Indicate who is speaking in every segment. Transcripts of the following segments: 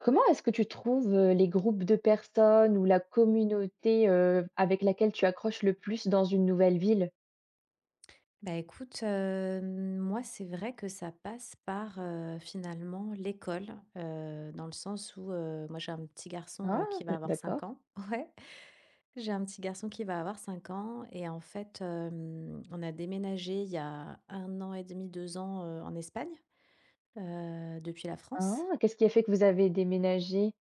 Speaker 1: Comment est-ce que tu trouves, les groupes de personnes ou la communauté, avec laquelle tu accroches le plus dans une nouvelle ville?
Speaker 2: Bah écoute, moi, c'est vrai que ça passe par, finalement l'école, dans le sens où, moi, j'ai un petit garçon,
Speaker 1: Ah,
Speaker 2: qui va avoir 5
Speaker 1: d'accord.
Speaker 2: ans. Ouais. J'ai un petit garçon qui va avoir 5 ans et en fait, on a déménagé il y a un an et demi, 2 ans, en Espagne, depuis la
Speaker 1: Ah,
Speaker 2: France.
Speaker 1: qu'est-ce qui a fait que vous avez déménagé?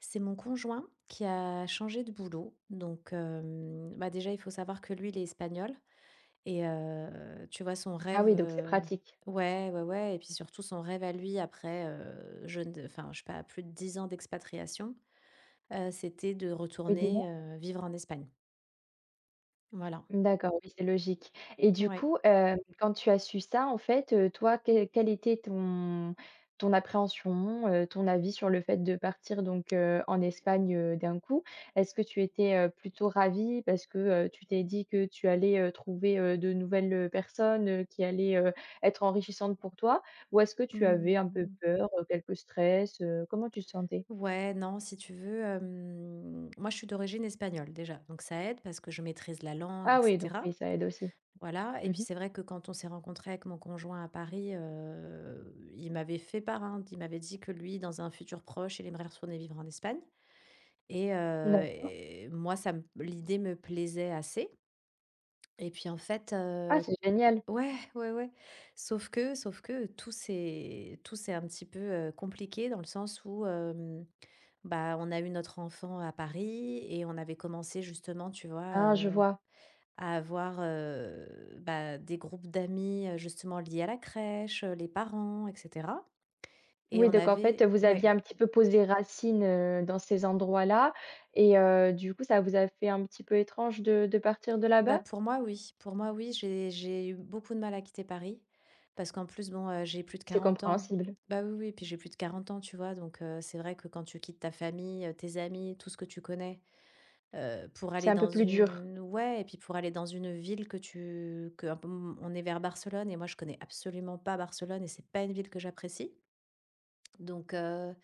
Speaker 2: C'est mon conjoint qui a changé de boulot, donc, bah, déjà, il faut savoir que lui, il est espagnol. Et, tu vois, son
Speaker 1: Ah
Speaker 2: rêve.
Speaker 1: oui, donc c'est pratique.
Speaker 2: Ouais, ouais, ouais, et puis surtout son rêve à lui, après, jeune, enfin, je sais pas, plus de 10 ans d'expatriation, c'était de
Speaker 1: Oui,
Speaker 2: retourner, vivre en Espagne. Voilà.
Speaker 1: d'accord, oui, c'est logique et du
Speaker 2: Ouais.
Speaker 1: coup, quand tu as su ça, en fait, toi, quelle était ton ton appréhension, ton avis sur le fait de partir donc en Espagne, d'un coup? Est-ce que tu étais, plutôt ravie parce que, tu t'es dit que tu allais, trouver, de nouvelles, personnes, qui allaient, être enrichissantes pour toi? Ou est-ce que tu avais un peu
Speaker 2: Mmh.
Speaker 1: peur, quelques stress, comment tu te sentais?
Speaker 2: Ouais, non, si tu veux, moi, je suis d'origine espagnole déjà, donc ça aide parce que je maîtrise la langue, et
Speaker 1: Ah oui, donc
Speaker 2: cetera.
Speaker 1: oui, ça aide aussi.
Speaker 2: Voilà. Et
Speaker 1: Mmh
Speaker 2: puis
Speaker 1: mh.
Speaker 2: c'est vrai que quand on s'est rencontré avec mon conjoint à Paris, il m'avait fait part, hein, il m'avait dit que lui, dans un futur proche, il aimerait retourner vivre en Espagne. Et moi, ça me, l'idée me plaisait assez, et puis en fait,
Speaker 1: Ah, c'est génial!
Speaker 2: ouais, ouais, ouais. Sauf que tout c'est un petit peu, compliqué dans le sens où, bah, on a eu notre enfant à Paris et on avait commencé justement, tu vois,
Speaker 1: Ah, je vois.
Speaker 2: à avoir, bah, des groupes d'amis, justement liés à la crèche, les parents, et cetera, et
Speaker 1: Oui,
Speaker 2: on
Speaker 1: donc en fait,
Speaker 2: avait.
Speaker 1: vous aviez
Speaker 2: Ouais.
Speaker 1: un petit peu posé racines, dans ces endroits-là et du coup, ça vous a fait un petit peu étrange de partir de
Speaker 2: Bah,
Speaker 1: là-bas?
Speaker 2: pour moi, oui. Pour moi, oui, j'ai eu beaucoup de mal à quitter Paris parce qu'en plus, bon, j'ai plus de
Speaker 1: C'est
Speaker 2: 40 ans.
Speaker 1: compréhensible.
Speaker 2: Bah, oui, oui, puis j'ai plus de 40 ans, tu vois? Donc, c'est vrai que quand tu quittes ta famille, tes amis, tout ce que tu connais, pour
Speaker 1: C'est
Speaker 2: aller
Speaker 1: un peu
Speaker 2: dans
Speaker 1: plus dur.
Speaker 2: une, ouais, et puis pour aller dans une ville que tu que un peu. On est vers Barcelone et moi, je connais absolument pas Barcelone et c'est pas une ville que j'apprécie. Donc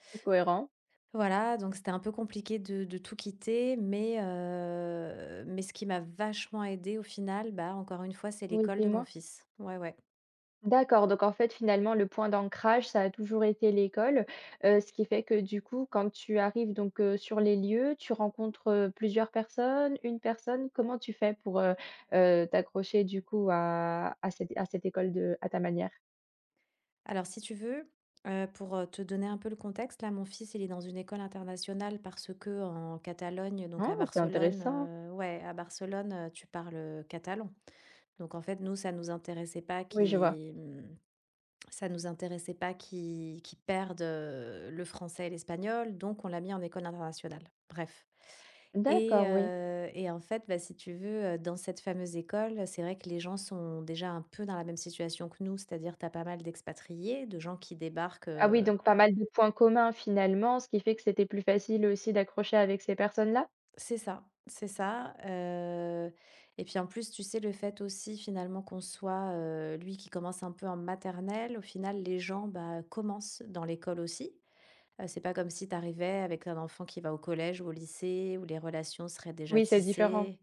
Speaker 1: C'est cohérent.
Speaker 2: voilà, donc c'était un peu compliqué de tout quitter, mais ce qui m'a vachement aidée au final, bah, encore une fois, c'est
Speaker 1: Oui,
Speaker 2: l'école de mon
Speaker 1: dis-moi?
Speaker 2: fils. Ouais, ouais.
Speaker 1: D'accord, donc en fait, finalement, le point d'ancrage, ça a toujours été l'école, ce qui fait que du coup, quand tu arrives donc, sur les lieux, tu rencontres, plusieurs personnes, une personne? Comment tu fais pour, t'accrocher du coup à cette à cette école de à ta manière?
Speaker 2: Alors, si tu veux, pour, te donner un peu le contexte, là, mon fils, il est dans une école internationale parce que en Catalogne, donc
Speaker 1: Ah,
Speaker 2: à
Speaker 1: c'est
Speaker 2: Barcelone,
Speaker 1: intéressant.
Speaker 2: ouais, à Barcelone, tu parles catalan. Donc en fait, nous, ça nous intéressait pas
Speaker 1: Oui, je vois.
Speaker 2: qu'il, ça nous intéressait pas qu'ils perdent, le français et l'espagnol, donc on l'a mis en école internationale. Bref. et
Speaker 1: D'accord, oui.
Speaker 2: heu et en fait, bah, si tu veux, dans cette fameuse école, c'est vrai que les gens sont déjà un peu dans la même situation que nous, c'est-à-dire tu as pas mal d'expatriés, de gens qui débarquent,
Speaker 1: Ah oui, donc pas mal de points communs finalement, ce qui fait que c'était plus facile aussi d'accrocher avec ces personnes-là?
Speaker 2: c'est ça, et puis en plus, tu sais, le fait aussi finalement qu'on soit, lui qui commence un peu en maternelle, au final, les gens, bah, commencent dans l'école aussi. C'est pas comme si t'arrivais avec un enfant qui va au collège ou au lycée, où les relations seraient déjà
Speaker 1: Oui, c'est différent.
Speaker 2: tissées.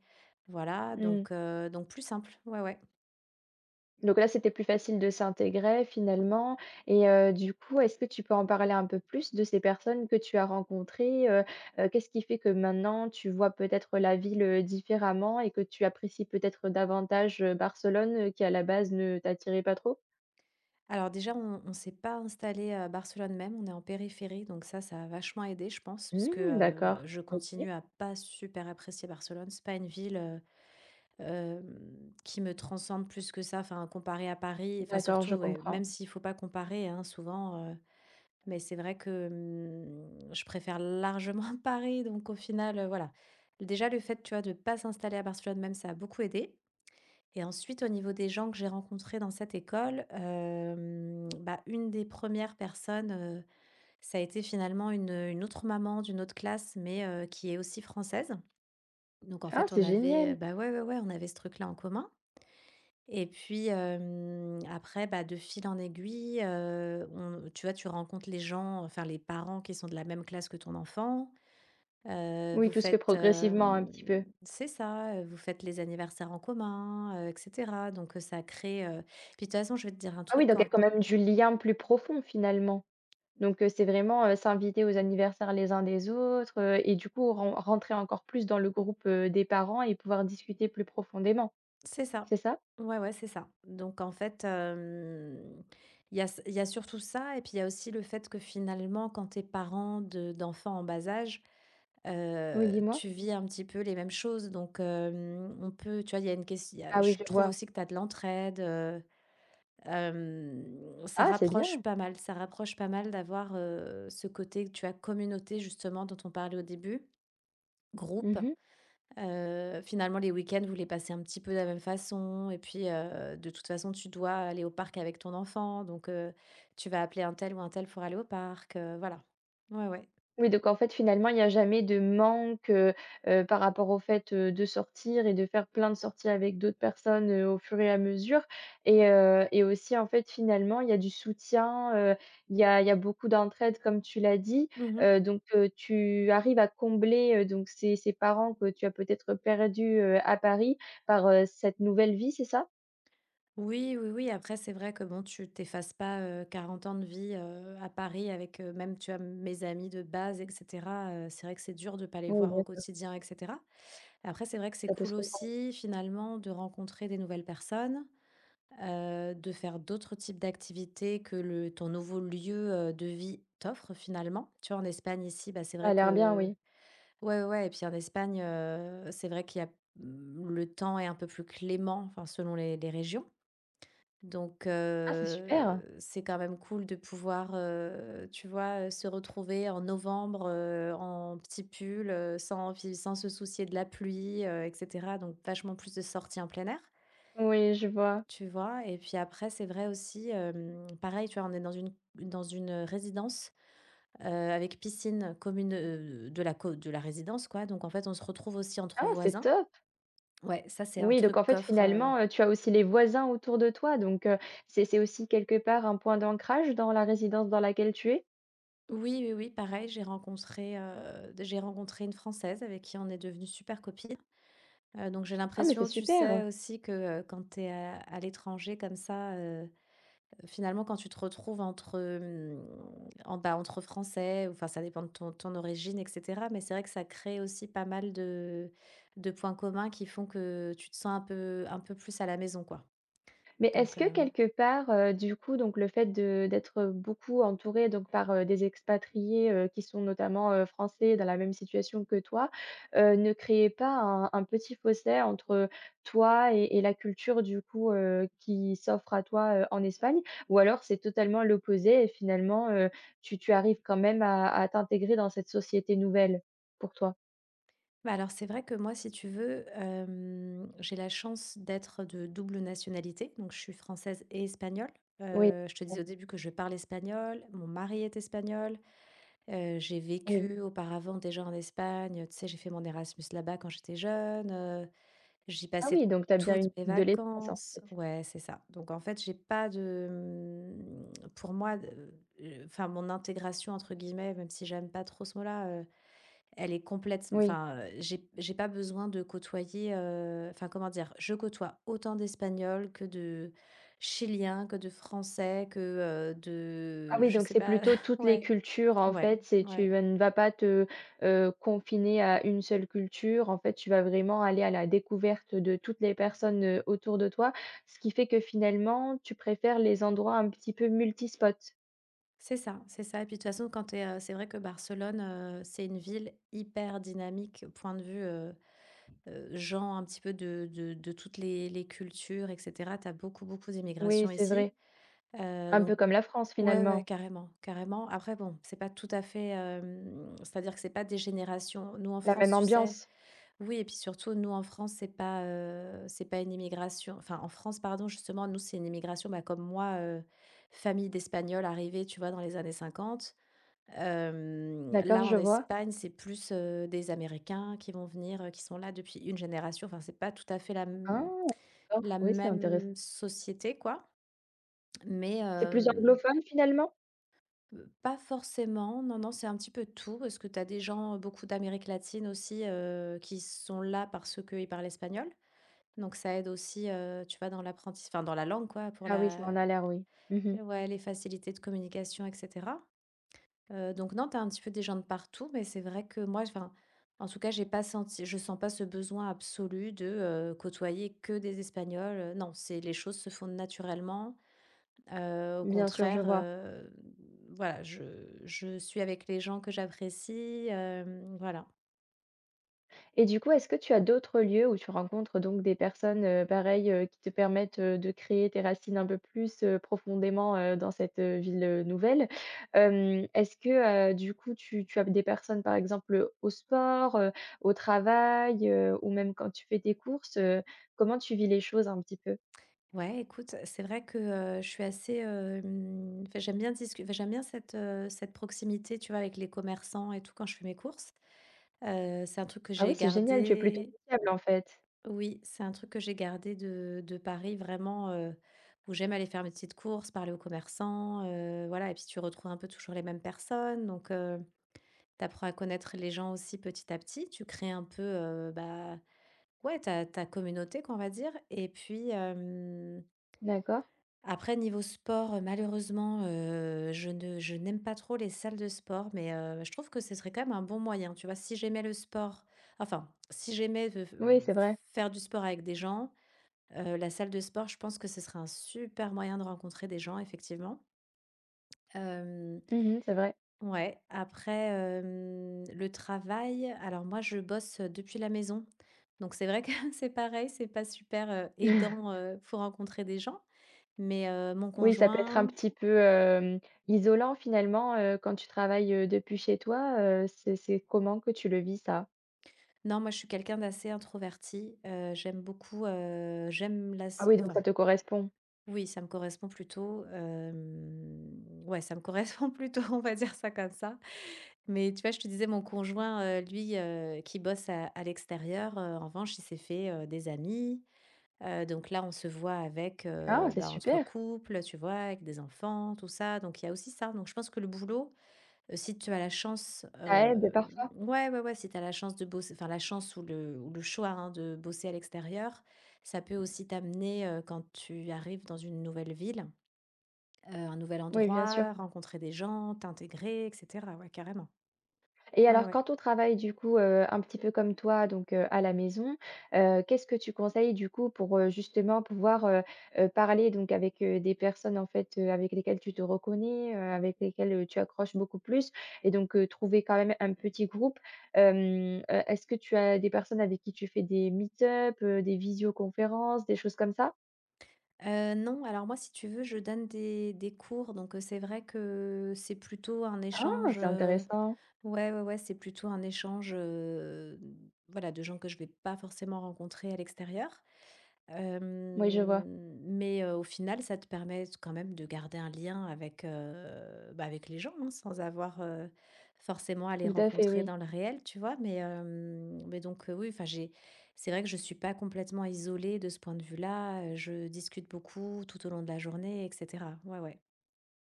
Speaker 2: Voilà,
Speaker 1: Mmh.
Speaker 2: donc, donc plus simple. Ouais, ouais.
Speaker 1: Donc là, c'était plus facile de s'intégrer finalement et du coup, est-ce que tu peux en parler un peu plus de ces personnes que tu as rencontrées? Qu'est-ce qui fait que maintenant tu vois peut-être la ville, différemment et que tu apprécies peut-être davantage, Barcelone, qui à la base ne t'attirait pas trop?
Speaker 2: Alors déjà, on s'est pas installé à Barcelone même, on est en périphérie, donc ça a vachement aidé, je pense, parce que,
Speaker 1: Mmh, d'accord.
Speaker 2: je
Speaker 1: OK.
Speaker 2: continue à pas super apprécier Barcelone. C'est pas une ville, qui me transcende plus que ça, enfin, comparée à Paris, enfin
Speaker 1: D'accord,
Speaker 2: surtout,
Speaker 1: je
Speaker 2: ouais, même
Speaker 1: comprends.
Speaker 2: s'il faut pas comparer, hein, souvent, mais c'est vrai que, je préfère largement Paris, donc au final, voilà. Déjà le fait, tu vois, de ne pas s'installer à Barcelone même, ça a beaucoup aidé. Et ensuite, au niveau des gens que j'ai rencontrés dans cette école, bah, une des premières personnes, ça a été finalement une autre maman d'une autre classe, mais, qui est aussi française. Donc en
Speaker 1: Ah,
Speaker 2: fait, on
Speaker 1: c'est
Speaker 2: avait,
Speaker 1: génial!
Speaker 2: bah, ouais, ouais, ouais, on avait ce truc-là en commun, et puis, après, bah, de fil en aiguille, on tu vois, tu rencontres les gens, enfin, les parents qui sont de la même classe que ton enfant.
Speaker 1: Oui,
Speaker 2: Vous
Speaker 1: tout se fait
Speaker 2: faites,
Speaker 1: progressivement un
Speaker 2: hem
Speaker 1: petit peu.
Speaker 2: c'est ça. Vous faites les anniversaires en commun, et cetera. Donc, ça crée, puis de toute façon, je vais te dire un
Speaker 1: Ah oui,
Speaker 2: truc
Speaker 1: donc il y
Speaker 2: quand
Speaker 1: a quand même du lien plus profond finalement. Donc c'est vraiment, s'inviter aux anniversaires les uns des autres, et du coup rentrer encore plus dans le groupe, des parents et pouvoir discuter plus profondément,
Speaker 2: c'est ça.
Speaker 1: c'est ça?
Speaker 2: Ouais, ouais, c'est ça. Donc, en fait, il y a surtout ça, et puis il y a aussi le fait que, finalement, quand tes es parent de d'enfants en bas âge,
Speaker 1: Oui, dis-moi?
Speaker 2: Tu vis un petit peu les mêmes choses, donc, on peut tu vois, il y a une question. Il y a,
Speaker 1: Ah oui,
Speaker 2: je
Speaker 1: je
Speaker 2: trouve
Speaker 1: vois.
Speaker 2: aussi, que tu as de l'entraide, ça
Speaker 1: Ah, c'est
Speaker 2: rapproche
Speaker 1: bien.
Speaker 2: pas mal ça rapproche pas mal d'avoir, ce côté, tu as communauté justement dont on parlait au début, groupe.
Speaker 1: Mmh.
Speaker 2: Finalement, les week-ends, vous les passez un petit peu de la même façon, et puis, de toute façon, tu dois aller au parc avec ton enfant, donc, tu vas appeler un tel ou un tel pour aller au parc, voilà. Ouais, ouais.
Speaker 1: Oui, donc en fait, finalement, il n'y a jamais de manque, par rapport au fait, de sortir et de faire plein de sorties avec d'autres personnes, au fur et à mesure et aussi, en fait, finalement, il y a du soutien, il y a beaucoup d'entraide comme tu l'as dit,
Speaker 2: Mmh.
Speaker 1: donc tu arrives à combler, donc ces parents que tu as peut-être perdus, à Paris par, cette nouvelle vie, c'est ça?
Speaker 2: Oui, oui, oui. Après, c'est vrai que bon, tu t'effaces pas, 40 ans de vie, à Paris, avec, même tu as mes amis de base, etc., c'est vrai que c'est dur de pas les
Speaker 1: Oui,
Speaker 2: voir
Speaker 1: bien
Speaker 2: au
Speaker 1: sûr,
Speaker 2: quotidien, etc. Après, c'est vrai que c'est
Speaker 1: ça peut se
Speaker 2: cool
Speaker 1: comprendre.
Speaker 2: aussi, finalement, de rencontrer des nouvelles personnes, de faire d'autres types d'activités que le ton nouveau lieu, de vie t'offre finalement. Tu vois, en Espagne ici, bah, c'est
Speaker 1: Ça a
Speaker 2: vrai
Speaker 1: l'air bien,
Speaker 2: que,
Speaker 1: oui.
Speaker 2: ouais, ouais, ouais, et puis en Espagne, c'est vrai qu'il y a, mmh, le temps est un peu plus clément, enfin selon les régions. Donc,
Speaker 1: Ah, c'est super!
Speaker 2: c'est quand même cool de pouvoir, tu vois, se retrouver en novembre, en petit pull, sans se soucier de la pluie, et cetera. Donc vachement plus de sorties en plein air,
Speaker 1: Oui, je vois.
Speaker 2: tu vois? Et puis après, c'est vrai aussi, pareil, tu vois, on est dans une résidence, avec piscine commune, de la résidence, quoi. Donc en fait, on se retrouve aussi entre
Speaker 1: Ah, c'est
Speaker 2: voisins.
Speaker 1: top!
Speaker 2: Ouais, ça, c'est un
Speaker 1: Oui, donc en
Speaker 2: truc
Speaker 1: fait,
Speaker 2: qu'offre.
Speaker 1: finalement, tu as aussi les voisins autour de toi, donc c'est aussi quelque part un point d'ancrage dans la résidence dans laquelle tu es?
Speaker 2: Oui, oui, oui, pareil, j'ai rencontré une Française avec qui on est devenu super copine. Donc j'ai
Speaker 1: Ah mais c'est
Speaker 2: l'impression, tu
Speaker 1: super!
Speaker 2: sais, aussi que, quand tu es à l'étranger comme ça, finalement, quand tu te retrouves entre, hem, en bah, entre Français, enfin, ça dépend de ton origine, et cetera, mais c'est vrai que ça crée aussi pas mal de points communs qui font que tu te sens un peu plus à la maison, quoi.
Speaker 1: Mais
Speaker 2: Donc.
Speaker 1: est-ce que quelque part, du coup, donc le fait de d'être beaucoup entouré donc par, des expatriés, qui sont notamment, français dans la même situation que toi, ne créait pas un un petit fossé entre toi et la culture du coup, qui s'offre à toi, en Espagne? Ou alors c'est totalement l'opposé et finalement, tu tu arrives quand même à t'intégrer dans cette société nouvelle pour toi?
Speaker 2: Bah, alors, c'est vrai que moi, si tu veux, j'ai la chance d'être de double nationalité, donc je suis française et espagnole.
Speaker 1: Oui,
Speaker 2: Je te disais
Speaker 1: ouais,
Speaker 2: au début que je parle espagnol, mon mari est espagnol, j'ai
Speaker 1: oui.
Speaker 2: vécu auparavant déjà en Espagne, tu sais, j'ai fait mon Erasmus là-bas quand j'étais jeune, j'y
Speaker 1: Ah
Speaker 2: passais
Speaker 1: oui, donc tu as bien
Speaker 2: toutes
Speaker 1: une
Speaker 2: mes
Speaker 1: vue de l'espace en
Speaker 2: vacances.
Speaker 1: fait.
Speaker 2: Ouais, c'est ça. Donc en fait, j'ai pas de, mmh, pour moi, enfin mon «intégration» entre guillemets, même si j'aime pas trop ce mot-là, elle est complètement.
Speaker 1: Oui.
Speaker 2: Enfin, j'ai pas besoin de côtoyer, enfin, comment dire? Je côtoie autant d'Espagnols que de Chiliens, que de Français, que,
Speaker 1: Ah
Speaker 2: de
Speaker 1: oui,
Speaker 2: je
Speaker 1: donc
Speaker 2: sais
Speaker 1: c'est
Speaker 2: pas,
Speaker 1: plutôt toutes les
Speaker 2: ouais,
Speaker 1: cultures, en
Speaker 2: ouais,
Speaker 1: fait, c'est
Speaker 2: ouais.
Speaker 1: ne vas pas te, confiner à une seule culture. En fait, tu vas vraiment aller à la découverte de toutes les personnes, autour de toi, ce qui fait que finalement, tu préfères les endroits un petit peu multispots?
Speaker 2: C'est ça, c'est ça, et puis de toute façon quand t'es. C'est vrai que Barcelone, c'est une ville hyper dynamique, point de vue, gens un petit peu de toutes les cultures, et cetera. Tu beaucoup, beaucoup
Speaker 1: Oui,
Speaker 2: d'immigration
Speaker 1: c'est
Speaker 2: ici,
Speaker 1: vrai, un peu
Speaker 2: donc.
Speaker 1: comme la France
Speaker 2: Ouais, ouais,
Speaker 1: finalement,
Speaker 2: carrément, carrément. Après, bon, c'est pas tout à fait, c'est-à-dire que c'est pas des générations. Nous, en
Speaker 1: la
Speaker 2: France,
Speaker 1: même
Speaker 2: tu sais.
Speaker 1: ambiance?
Speaker 2: Oui, et puis surtout, nous, en France, c'est pas une immigration. Enfin, en France, pardon, justement, nous, c'est une immigration, bah, comme moi, famille d'Espagnols arrivés, tu vois, dans les années 50.
Speaker 1: D'accord,
Speaker 2: Là,
Speaker 1: je
Speaker 2: en
Speaker 1: vois.
Speaker 2: Espagne, c'est plus, des Américains qui vont venir, qui sont là depuis une génération. Enfin, c'est pas tout à fait la
Speaker 1: Ah!
Speaker 2: m
Speaker 1: D'accord,
Speaker 2: la
Speaker 1: oui, c'est intéressant.
Speaker 2: même société, quoi, mais,
Speaker 1: C'est plus
Speaker 2: hem
Speaker 1: anglophone finalement?
Speaker 2: pas forcément, non, non, c'est un petit peu tout parce que tu as des gens, beaucoup d'Amérique latine aussi, qui sont là parce qu'ils parlent espagnol. Donc ça aide aussi, tu vois, dans l'apprentissage, enfin dans la langue quoi, pour
Speaker 1: Ah oui, ça
Speaker 2: la,
Speaker 1: en a l'air, oui. Mmh.
Speaker 2: ouais, les facilités de communication, et cetera. Donc non, tu as un petit peu des gens de partout, mais c'est vrai que moi, enfin, en tout cas, j'ai pas senti je sens pas ce besoin absolu de, côtoyer que des Espagnols, non, c'est les choses se font naturellement. Heu, au
Speaker 1: Bien sûr, je
Speaker 2: contraire,
Speaker 1: vois.
Speaker 2: heu, voilà, je suis avec les gens que j'apprécie, voilà.
Speaker 1: Et du coup, est-ce que tu as d'autres lieux où tu rencontres donc des personnes, pareilles, qui te permettent, de créer tes racines un peu plus, profondément, dans cette, ville, nouvelle? Est-ce que, du coup, tu tu as des personnes, par exemple, au sport, au travail, ou même quand tu fais tes courses, comment tu vis les choses un petit peu?
Speaker 2: Ouais, écoute, je suis assez, enfin, j'aime bien discu enfin, j'aime bien cette, cette proximité, tu vois, avec les commerçants et tout quand je fais mes courses. C'est un truc que
Speaker 1: Ah
Speaker 2: j'ai
Speaker 1: oui, c'est génial, tu es plutôt
Speaker 2: gardé
Speaker 1: sociable en fait.
Speaker 2: oui, c'est un truc que j'ai gardé de Paris vraiment, où j'aime aller faire mes petites courses, parler aux commerçants, voilà et puis tu retrouves un peu toujours les mêmes personnes donc t'apprends à connaître les gens aussi petit à petit. Tu crées un peu, bah, ouais, ta communauté, qu'on va dire. Et puis,
Speaker 1: D'accord.
Speaker 2: après niveau sport, malheureusement, je ne je n'aime pas trop les salles de sport, mais je trouve que ce serait quand même un bon moyen, tu vois? Si j'aimais le sport, enfin, si j'aimais de f
Speaker 1: Oui, c'est vrai.
Speaker 2: faire du sport avec des gens, la salle de sport, je pense que ce serait un super moyen de rencontrer des gens, effectivement, hem
Speaker 1: Mmh, c'est vrai.
Speaker 2: ouais. Après, le travail, alors moi je bosse depuis la maison. Donc c'est vrai que c'est pareil, c'est pas super, aidant, pour rencontrer des gens. Mais, mon
Speaker 1: Oui, ça peut être un
Speaker 2: conjoint
Speaker 1: petit peu, isolant finalement, quand tu travailles, depuis chez toi, c'est comment que tu le vis ça?
Speaker 2: non, moi je suis quelqu'un d'assez introverti, j'aime beaucoup, j'aime la
Speaker 1: Ah
Speaker 2: s
Speaker 1: oui, donc ça
Speaker 2: enfin,
Speaker 1: te correspond.
Speaker 2: oui, ça me correspond plutôt, ouais, ça me correspond plutôt, on va dire ça comme ça. Mais tu vois, je te disais mon conjoint, lui, qui bosse à l'extérieur, en revanche, il s'est fait, des amis. Donc là, on se voit avec,
Speaker 1: Ah, c'est
Speaker 2: bah, entre
Speaker 1: super!
Speaker 2: couples, tu vois? Avec des enfants, tout ça, donc il y a aussi ça. Donc je pense que le boulot, si tu as la chance,
Speaker 1: Ça aide parfois.
Speaker 2: ouais, ouais, ouais, si tu as la chance de bosser, enfin la chance ou le choix, hein, de bosser à l'extérieur, ça peut aussi t'amener, quand tu arrives dans une nouvelle ville, un nouvel
Speaker 1: Oui, bien sûr.
Speaker 2: endroit, rencontrer des gens, t'intégrer et cetera. Ouais, carrément.
Speaker 1: Et
Speaker 2: Ouais,
Speaker 1: alors
Speaker 2: ouais.
Speaker 1: quand on travaille du coup, un petit peu comme toi donc à la maison, qu'est-ce que tu conseilles du coup pour, justement pouvoir, parler donc avec, des personnes en fait, avec lesquelles tu te reconnais, avec lesquelles, tu accroches beaucoup plus et donc trouver quand même un petit groupe? Est-ce que tu as des personnes avec qui tu fais des meet-up, des visioconférences, des choses comme ça?
Speaker 2: Non, alors moi, si tu veux, je donne des cours, donc c'est vrai que c'est plutôt un
Speaker 1: Ah!
Speaker 2: échange,
Speaker 1: C'est intéressant.
Speaker 2: ouais, ouais, ouais, c'est plutôt un échange, voilà, de gens que je vais pas forcément rencontrer à l'extérieur.
Speaker 1: Oui, je vois.
Speaker 2: Mais au final, ça te permet quand même de garder un lien avec, bah, avec les gens, hein, sans avoir, forcément à les
Speaker 1: Tout à fait,
Speaker 2: rencontrer
Speaker 1: oui.
Speaker 2: dans le réel, tu vois? Mais hem, mais donc Oui, enfin, j'ai c'est vrai que je suis pas complètement isolée de ce point de vue-là, je discute beaucoup tout au long de la journée et cetera. Ouais, ouais.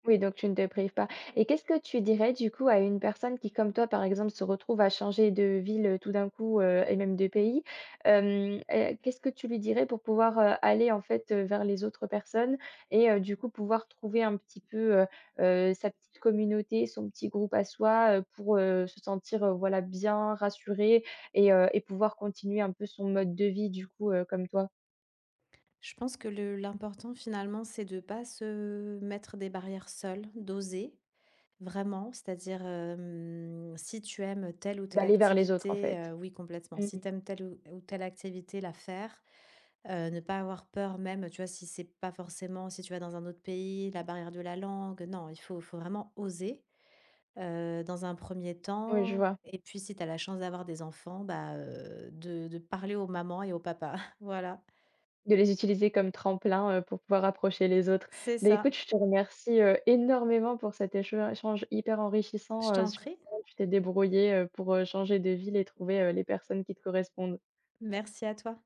Speaker 1: Oui, donc tu ne te prives pas. Et qu'est-ce que tu dirais du coup à une personne qui, comme toi, par exemple, se retrouve à changer de ville tout d'un coup et même de pays? Qu'est-ce que tu lui dirais pour pouvoir aller en fait vers les autres personnes et du coup pouvoir trouver un petit peu sa petite communauté, son petit groupe à soi pour se sentir voilà bien rassuré et pouvoir continuer un peu son mode de vie du coup comme toi,
Speaker 2: Je pense que le l'important, finalement, c'est de pas se mettre des barrières seules, d'oser. Vraiment, c'est-à-dire, si tu aimes telle ou telle
Speaker 1: d'aller vers les autres en
Speaker 2: activité,
Speaker 1: fait.
Speaker 2: oui complètement. Si
Speaker 1: Mhm.
Speaker 2: tu aimes telle ou telle activité, la faire, ne pas avoir peur même, tu vois? Si c'est pas forcément, si tu vas dans un autre pays, la barrière de la langue, non, il faut vraiment oser, dans un premier
Speaker 1: Oui, je
Speaker 2: temps.
Speaker 1: vois.
Speaker 2: Et puis si tu as la chance d'avoir des enfants, bah, de parler aux mamans et aux papas. Voilà,
Speaker 1: De les utiliser comme tremplin, pour pouvoir approcher les autres.
Speaker 2: c'est
Speaker 1: Beh,
Speaker 2: ça.
Speaker 1: écoute, je te remercie, énormément pour cet échange hyper
Speaker 2: Je
Speaker 1: enrichissant,
Speaker 2: t'en
Speaker 1: sur
Speaker 2: prie.
Speaker 1: comment tu t'es débrouillé pour, changer de ville et trouver, les personnes qui te correspondent.
Speaker 2: Merci à toi.